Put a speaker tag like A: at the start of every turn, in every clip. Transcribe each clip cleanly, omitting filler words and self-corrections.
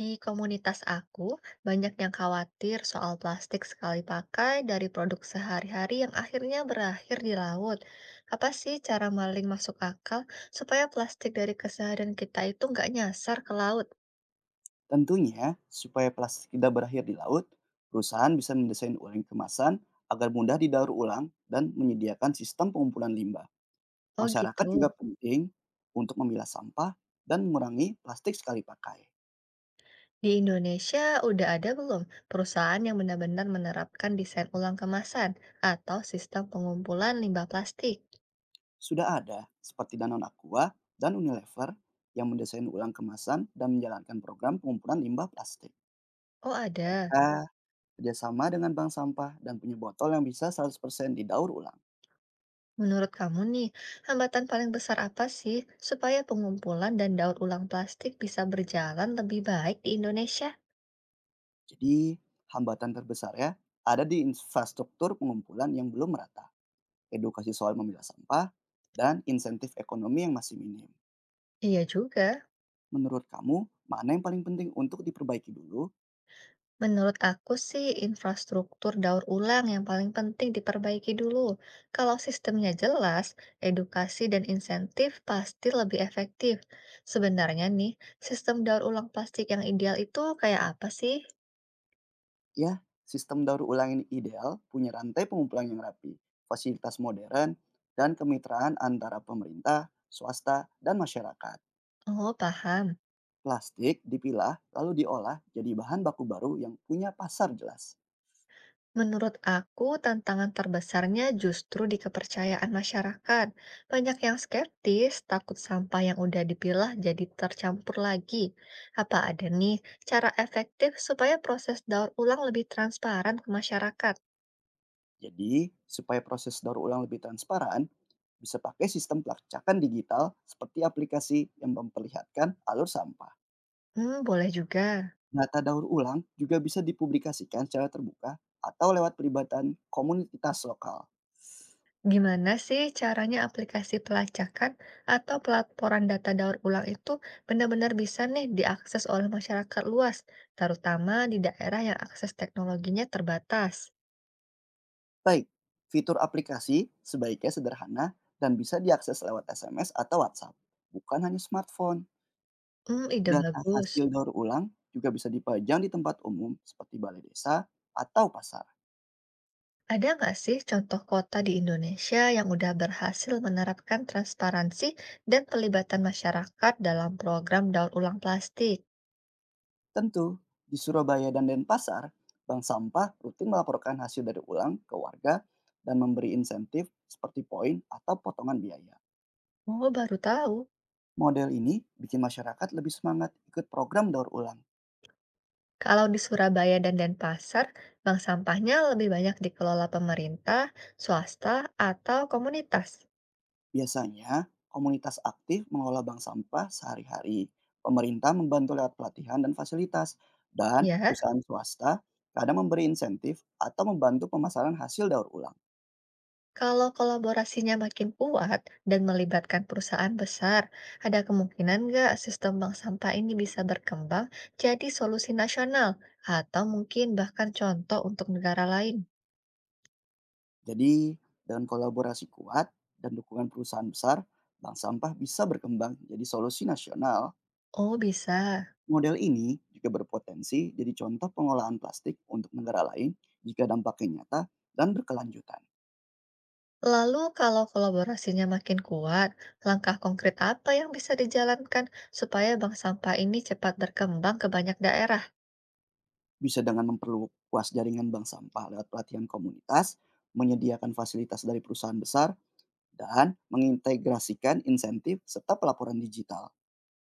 A: Di komunitas aku, banyak yang khawatir soal plastik sekali pakai dari produk sehari-hari yang akhirnya berakhir di laut. Apa sih cara maling masuk akal supaya plastik dari keseharian kita itu nggak nyasar ke laut?
B: Tentunya, supaya plastik tidak berakhir di laut, perusahaan bisa mendesain ulang kemasan agar mudah didaur ulang dan menyediakan sistem pengumpulan limbah.
A: Oh
B: Masyarakat
A: gitu.
B: juga penting untuk memilah sampah dan mengurangi plastik sekali pakai.
A: Di Indonesia udah ada belum perusahaan yang benar-benar menerapkan desain ulang kemasan atau sistem pengumpulan limbah plastik?
B: Sudah ada, seperti Danone Aqua dan Unilever, yang mendesain ulang kemasan dan menjalankan program pengumpulan limbah plastik.
A: Oh ada.
B: Mereka kerjasama dengan bank sampah dan punya botol yang bisa 100% didaur ulang.
A: Menurut kamu nih, hambatan paling besar apa sih supaya pengumpulan dan daur ulang plastik bisa berjalan lebih baik di Indonesia?
B: Jadi, hambatan terbesarnya ada di infrastruktur pengumpulan yang belum merata, edukasi soal memilah sampah, dan insentif ekonomi yang masih minim.
A: Iya juga.
B: Menurut kamu, mana yang paling penting untuk diperbaiki dulu?
A: Menurut aku sih, infrastruktur daur ulang yang paling penting diperbaiki dulu. Kalau sistemnya jelas, edukasi dan insentif pasti lebih efektif. Sebenarnya nih, sistem daur ulang plastik yang ideal itu kayak apa sih?
B: Ya, sistem daur ulang ini ideal, punya rantai pengumpulan yang rapi, fasilitas modern, dan kemitraan antara pemerintah, swasta, dan masyarakat.
A: Oh, paham.
B: Plastik dipilah, lalu diolah jadi bahan baku baru yang punya pasar jelas.
A: Menurut aku, tantangan terbesarnya justru di kepercayaan masyarakat. Banyak yang skeptis, takut sampah yang udah dipilah jadi tercampur lagi. Apa ada nih cara efektif supaya proses daur ulang lebih transparan ke masyarakat?
B: Jadi, supaya proses daur ulang lebih transparan, bisa pakai sistem pelacakan digital seperti aplikasi yang memperlihatkan alur sampah.
A: Hmm, boleh juga.
B: Data daur ulang juga bisa dipublikasikan secara terbuka atau lewat peribatan komunitas lokal.
A: Gimana sih caranya aplikasi pelacakan atau pelaporan data daur ulang itu benar-benar bisa nih diakses oleh masyarakat luas, terutama di daerah yang akses teknologinya terbatas?
B: Baik, fitur aplikasi sebaiknya sederhana dan bisa diakses lewat SMS atau WhatsApp, bukan hanya smartphone.
A: Hmm, ide
B: Data
A: bagus.
B: hasil daur ulang juga bisa dipajang di tempat umum seperti balai desa atau pasar.
A: Ada nggak sih contoh kota di Indonesia yang udah berhasil menerapkan transparansi dan pelibatan masyarakat dalam program daur ulang plastik?
B: Tentu, di Surabaya dan Denpasar, bank sampah rutin melaporkan hasil dari ulang ke warga dan memberi insentif seperti poin atau potongan biaya.
A: Oh, baru tahu.
B: Model ini bikin masyarakat lebih semangat ikut program daur ulang.
A: Kalau di Surabaya dan Denpasar, bank sampahnya lebih banyak dikelola pemerintah, swasta, atau komunitas.
B: Biasanya, komunitas aktif mengelola bank sampah sehari-hari. Pemerintah membantu lewat pelatihan dan fasilitas, dan
A: Iya?
B: perusahaan swasta kadang memberi insentif atau membantu pemasaran hasil daur ulang.
A: Kalau kolaborasinya makin kuat dan melibatkan perusahaan besar, ada kemungkinan nggak sistem bank sampah ini bisa berkembang jadi solusi nasional atau mungkin bahkan contoh untuk negara lain?
B: Jadi, dengan kolaborasi kuat dan dukungan perusahaan besar, bank sampah bisa berkembang jadi solusi nasional.
A: Oh, bisa.
B: Model ini juga berpotensi jadi contoh pengolahan plastik untuk negara lain jika dampaknya nyata dan berkelanjutan.
A: Lalu kalau kolaborasinya makin kuat, langkah konkret apa yang bisa dijalankan supaya bank sampah ini cepat berkembang ke banyak daerah?
B: Bisa dengan memperluas jaringan bank sampah lewat pelatihan komunitas, menyediakan fasilitas dari perusahaan besar, dan mengintegrasikan insentif serta pelaporan digital.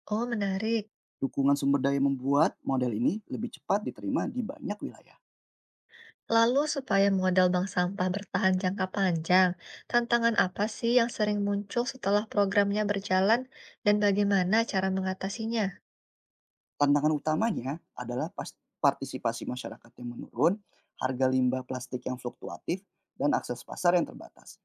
A: Oh, menarik.
B: Dukungan sumber daya membuat model ini lebih cepat diterima di banyak wilayah.
A: Lalu supaya modal bank sampah bertahan jangka panjang, tantangan apa sih yang sering muncul setelah programnya berjalan dan bagaimana cara mengatasinya?
B: Tantangan utamanya adalah pas partisipasi masyarakat yang menurun, harga limbah plastik yang fluktuatif, dan akses pasar yang terbatas.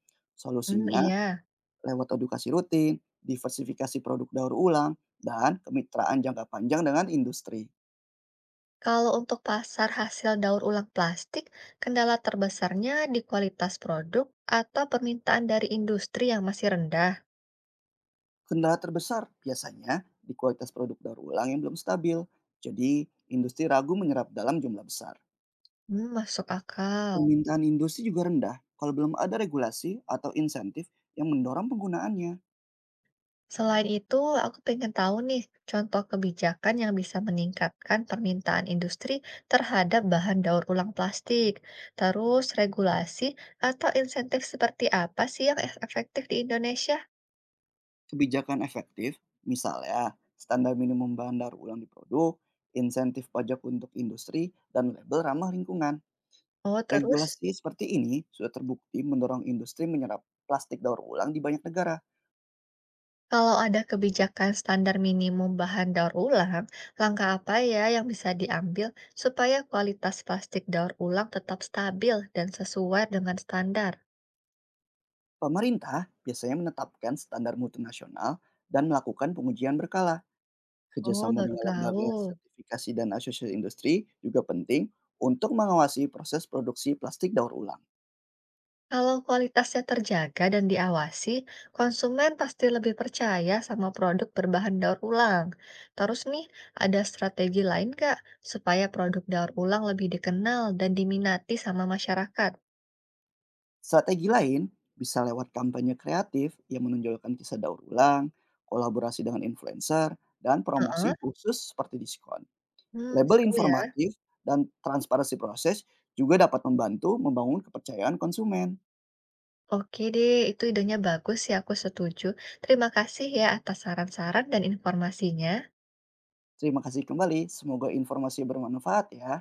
A: Hmm,
B: Solusinya
A: iya.
B: lewat edukasi rutin, diversifikasi produk daur ulang, dan kemitraan jangka panjang dengan industri.
A: Kalau untuk pasar hasil daur ulang plastik, kendala terbesarnya di kualitas produk atau permintaan dari industri yang masih rendah.
B: Kendala terbesar biasanya di kualitas produk daur ulang yang belum stabil, jadi industri ragu menyerap dalam jumlah besar.
A: Hmm, masuk akal.
B: Permintaan industri juga rendah kalau belum ada regulasi atau insentif yang mendorong penggunaannya.
A: Selain itu, aku pengen tahu nih contoh kebijakan yang bisa meningkatkan permintaan industri terhadap bahan daur ulang plastik. Terus regulasi atau insentif seperti apa sih yang efektif di Indonesia?
B: Kebijakan efektif, misalnya standar minimum bahan daur ulang di produk, insentif pajak untuk industri, dan label ramah lingkungan.
A: Oh, terus
B: Regulasi seperti ini sudah terbukti mendorong industri menyerap plastik daur ulang di banyak negara.
A: kalau ada kebijakan standar minimum bahan daur ulang, langkah apa ya yang bisa diambil supaya kualitas plastik daur ulang tetap stabil dan sesuai dengan standar?
B: Pemerintah biasanya menetapkan standar mutu nasional dan melakukan pengujian berkala.
A: Oh,
B: Kerjasama
A: baru
B: dengan
A: tahu.
B: lembaga sertifikasi dan asosiasi industri juga penting untuk mengawasi proses produksi plastik daur ulang.
A: Kalau kualitasnya terjaga dan diawasi, konsumen pasti lebih percaya sama produk berbahan daur ulang. Terus nih, ada strategi lain nggak supaya produk daur ulang lebih dikenal dan diminati sama masyarakat?
B: Strategi lain bisa lewat kampanye kreatif yang menonjolkan kisah daur ulang, kolaborasi dengan influencer, dan
A: Heeh.
B: promosi khusus seperti diskon.
A: Hmm,
B: Label
A: seru ya.
B: informatif dan transparansi proses juga dapat membantu membangun kepercayaan konsumen.
A: Oke deh, itu idenya bagus sih, aku setuju. Terima kasih ya atas saran-saran dan informasinya.
B: Terima kasih kembali, semoga informasi bermanfaat ya.